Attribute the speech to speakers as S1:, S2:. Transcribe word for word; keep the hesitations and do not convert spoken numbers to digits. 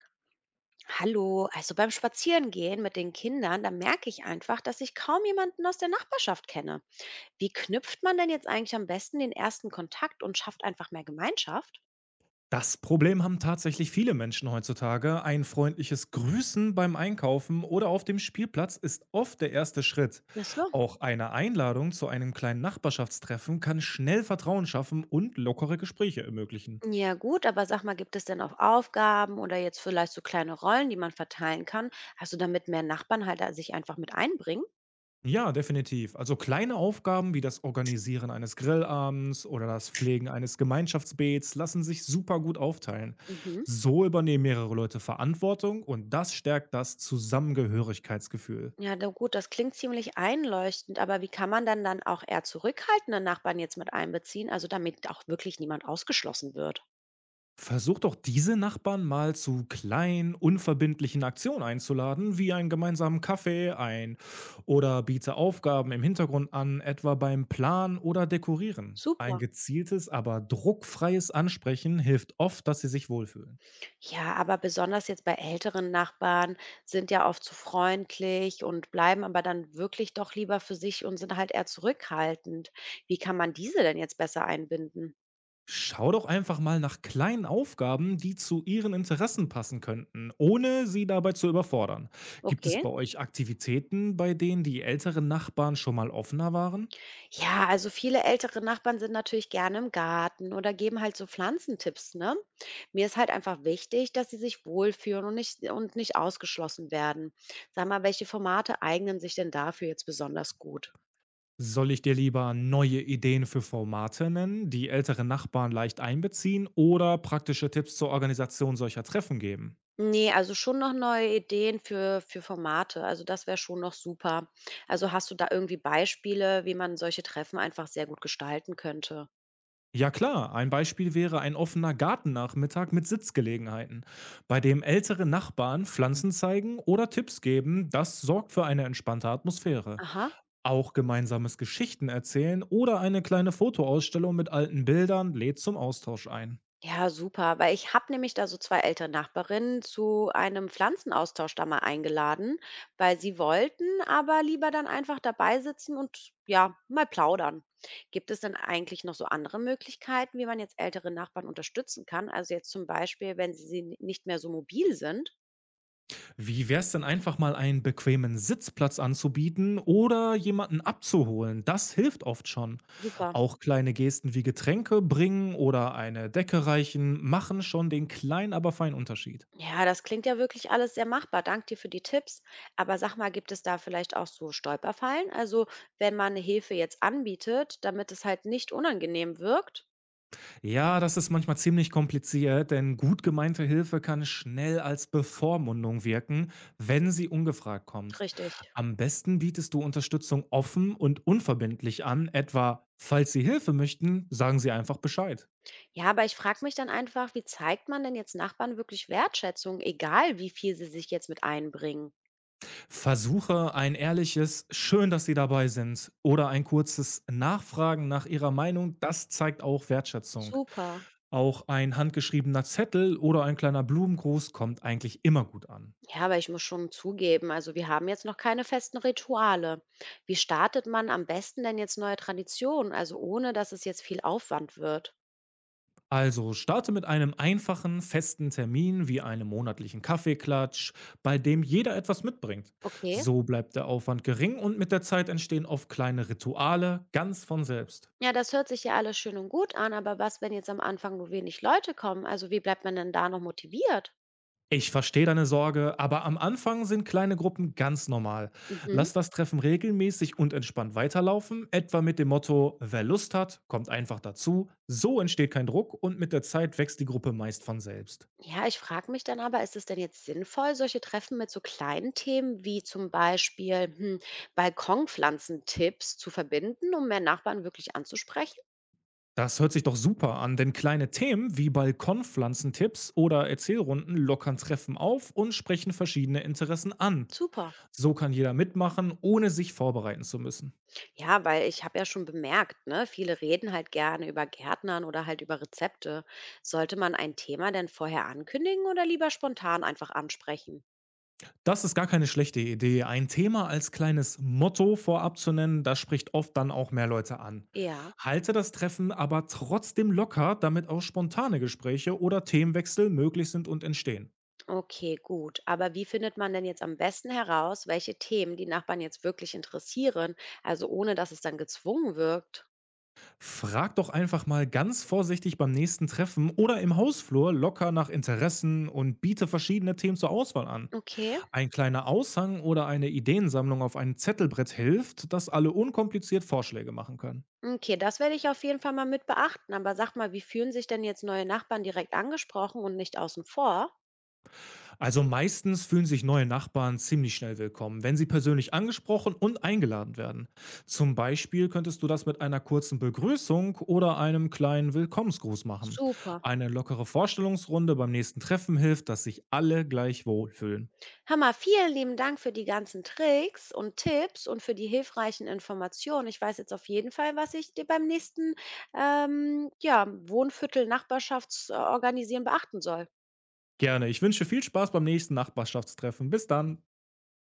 S1: Hallo, also beim Spazierengehen mit den Kindern, da merke ich einfach, dass ich kaum jemanden aus der Nachbarschaft kenne. Wie knüpft man denn jetzt eigentlich am besten den ersten Kontakt und schafft einfach mehr Gemeinschaft?
S2: Das Problem haben tatsächlich viele Menschen heutzutage. Ein freundliches Grüßen beim Einkaufen oder auf dem Spielplatz ist oft der erste Schritt.
S1: Ach so.
S2: Auch eine Einladung zu einem kleinen Nachbarschaftstreffen kann schnell Vertrauen schaffen und lockere Gespräche ermöglichen.
S1: Ja gut, aber sag mal, gibt es denn auch Aufgaben oder jetzt vielleicht so kleine Rollen, die man verteilen kann? Also damit mehr Nachbarn halt da sich einfach mit einbringen?
S2: Ja, definitiv. Also kleine Aufgaben wie das Organisieren eines Grillabends oder das Pflegen eines Gemeinschaftsbeets lassen sich super gut aufteilen.
S1: Mhm.
S2: So übernehmen mehrere Leute Verantwortung und das stärkt das Zusammengehörigkeitsgefühl.
S1: Ja, na gut, das klingt ziemlich einleuchtend, aber wie kann man dann dann auch eher zurückhaltende Nachbarn jetzt mit einbeziehen, also damit auch wirklich niemand ausgeschlossen wird?
S2: Versucht doch diese Nachbarn mal zu kleinen, unverbindlichen Aktionen einzuladen, wie einen gemeinsamen Kaffee ein oder biete Aufgaben im Hintergrund an, etwa beim Plan oder Dekorieren. Ein
S1: Super.
S2: gezieltes, aber druckfreies Ansprechen hilft oft, dass sie sich wohlfühlen.
S1: Ja, aber besonders jetzt bei älteren Nachbarn sind ja oft zu freundlich und bleiben aber dann wirklich doch lieber für sich und sind halt eher zurückhaltend. Wie kann man diese denn jetzt besser einbinden?
S2: Schau doch einfach mal nach kleinen Aufgaben, die zu ihren Interessen passen könnten, ohne sie dabei zu überfordern. Gibt es
S1: Okay.
S2: bei euch Aktivitäten, bei denen die älteren Nachbarn schon mal offener waren?
S1: Ja, also viele ältere Nachbarn sind natürlich gerne im Garten oder geben halt so Pflanzentipps, ne? Mir ist halt einfach wichtig, dass sie sich wohlfühlen und nicht, und nicht ausgeschlossen werden. Sag mal, welche Formate eignen sich denn dafür jetzt besonders gut?
S2: Soll ich dir lieber neue Ideen für Formate nennen, die ältere Nachbarn leicht einbeziehen oder praktische Tipps zur Organisation solcher Treffen geben?
S1: Nee, also schon noch neue Ideen für für Formate. Also, das wäre schon noch super. Also, hast du da irgendwie Beispiele, wie man solche Treffen einfach sehr gut gestalten könnte?
S2: Ja klar, ein Beispiel wäre ein offener Gartennachmittag mit Sitzgelegenheiten, bei dem ältere Nachbarn Pflanzen zeigen oder Tipps geben, das sorgt für eine entspannte Atmosphäre.
S1: Aha.
S2: Auch gemeinsames Geschichten erzählen oder eine kleine Fotoausstellung mit alten Bildern lädt zum Austausch ein.
S1: Ja, super, weil ich habe nämlich da so zwei ältere Nachbarinnen zu einem Pflanzenaustausch da mal eingeladen, weil sie wollten aber lieber dann einfach dabei sitzen und, ja, mal plaudern. Gibt es denn eigentlich noch so andere Möglichkeiten, wie man jetzt ältere Nachbarn unterstützen kann? Also, jetzt zum Beispiel, wenn sie sie n nicht mehr so mobil sind?
S2: Wie wär's denn einfach mal einen bequemen Sitzplatz anzubieten oder jemanden abzuholen? Das hilft oft schon.
S1: Super.
S2: Auch kleine Gesten wie Getränke bringen oder eine Decke reichen machen schon den kleinen, aber feinen Unterschied.
S1: Ja, das klingt ja wirklich alles sehr machbar. Dank dir für die Tipps. Aber sag mal, gibt es da vielleicht auch so Stolperfallen? Also, wenn man eine Hilfe jetzt anbietet, damit es halt nicht unangenehm wirkt?
S2: Ja, das ist manchmal ziemlich kompliziert, denn gut gemeinte Hilfe kann schnell als Bevormundung wirken, wenn sie ungefragt kommt.
S1: Richtig.
S2: Am besten bietest du Unterstützung offen und unverbindlich an, etwa: Falls Sie Hilfe möchten, sagen Sie einfach Bescheid.
S1: Ja, aber ich frage mich dann einfach, wie zeigt man denn jetzt Nachbarn wirklich Wertschätzung, egal wie viel sie sich jetzt mit einbringen?
S2: Versuche ein ehrliches „Schön, dass Sie dabei sind“ oder ein kurzes Nachfragen nach ihrer Meinung, das zeigt auch Wertschätzung.
S1: Super.
S2: Auch ein handgeschriebener Zettel oder ein kleiner Blumengruß kommt eigentlich immer gut an.
S1: Ja, aber ich muss schon zugeben, also wir haben jetzt noch keine festen Rituale. Wie startet man am besten denn jetzt neue Traditionen, also ohne dass es jetzt viel Aufwand wird?
S2: Also starte mit einem einfachen, festen Termin wie einem monatlichen Kaffeeklatsch, bei dem jeder etwas mitbringt.
S1: Okay.
S2: So bleibt der Aufwand gering und mit der Zeit entstehen oft kleine Rituale ganz von selbst.
S1: Ja, das hört sich ja alles schön und gut an, aber was, wenn jetzt am Anfang nur wenig Leute kommen? Also wie bleibt man denn da noch motiviert?
S2: Ich verstehe deine Sorge, aber am Anfang sind kleine Gruppen ganz normal.
S1: Mhm.
S2: Lass das Treffen regelmäßig und entspannt weiterlaufen, etwa mit dem Motto: Wer Lust hat, kommt einfach dazu. So entsteht kein Druck und mit der Zeit wächst die Gruppe meist von selbst.
S1: Ja, ich frage mich dann aber, ist es denn jetzt sinnvoll, solche Treffen mit so kleinen Themen wie zum Beispiel hm, Balkonpflanzentipps zu verbinden, um mehr Nachbarn wirklich anzusprechen?
S2: Das hört sich doch super an, denn kleine Themen wie Balkonpflanzentipps oder Erzählrunden lockern Treffen auf und sprechen verschiedene Interessen an.
S1: Super.
S2: So kann jeder mitmachen, ohne sich vorbereiten zu müssen.
S1: Ja, weil ich habe ja schon bemerkt, ne, viele reden halt gerne über Gärtnern oder halt über Rezepte. Sollte man ein Thema denn vorher ankündigen oder lieber spontan einfach ansprechen?
S2: Das ist gar keine schlechte Idee. Ein Thema als kleines Motto vorab zu nennen, das spricht oft dann auch mehr Leute an.
S1: Ja.
S2: Halte das Treffen aber trotzdem locker, damit auch spontane Gespräche oder Themenwechsel möglich sind und entstehen.
S1: Okay, gut. Aber wie findet man denn jetzt am besten heraus, welche Themen die Nachbarn jetzt wirklich interessieren, also ohne dass es dann gezwungen wirkt?
S2: Frag doch einfach mal ganz vorsichtig beim nächsten Treffen oder im Hausflur locker nach Interessen und biete verschiedene Themen zur Auswahl an.
S1: Okay,
S2: Ein kleiner Aushang oder eine Ideensammlung auf einem Zettelbrett hilft, dass alle unkompliziert Vorschläge machen können.
S1: okay, das werde ich auf jeden Fall mal mit beachten. Aber sag mal, wie fühlen sich denn jetzt neue Nachbarn direkt angesprochen und nicht außen vor?
S2: Also meistens fühlen sich neue Nachbarn ziemlich schnell willkommen, wenn sie persönlich angesprochen und eingeladen werden. Zum Beispiel könntest du das mit einer kurzen Begrüßung oder einem kleinen Willkommensgruß machen.
S1: Super.
S2: Eine lockere Vorstellungsrunde beim nächsten Treffen hilft, dass sich alle gleich wohlfühlen.
S1: Hammer, vielen lieben Dank für die ganzen Tricks und Tipps und für die hilfreichen Informationen. Ich weiß jetzt auf jeden Fall, was ich dir beim nächsten ähm, ja, Wohnviertel-Nachbarschaftsorganisieren beachten soll.
S2: Gerne. Ich wünsche viel Spaß beim nächsten Nachbarschaftstreffen. Bis dann.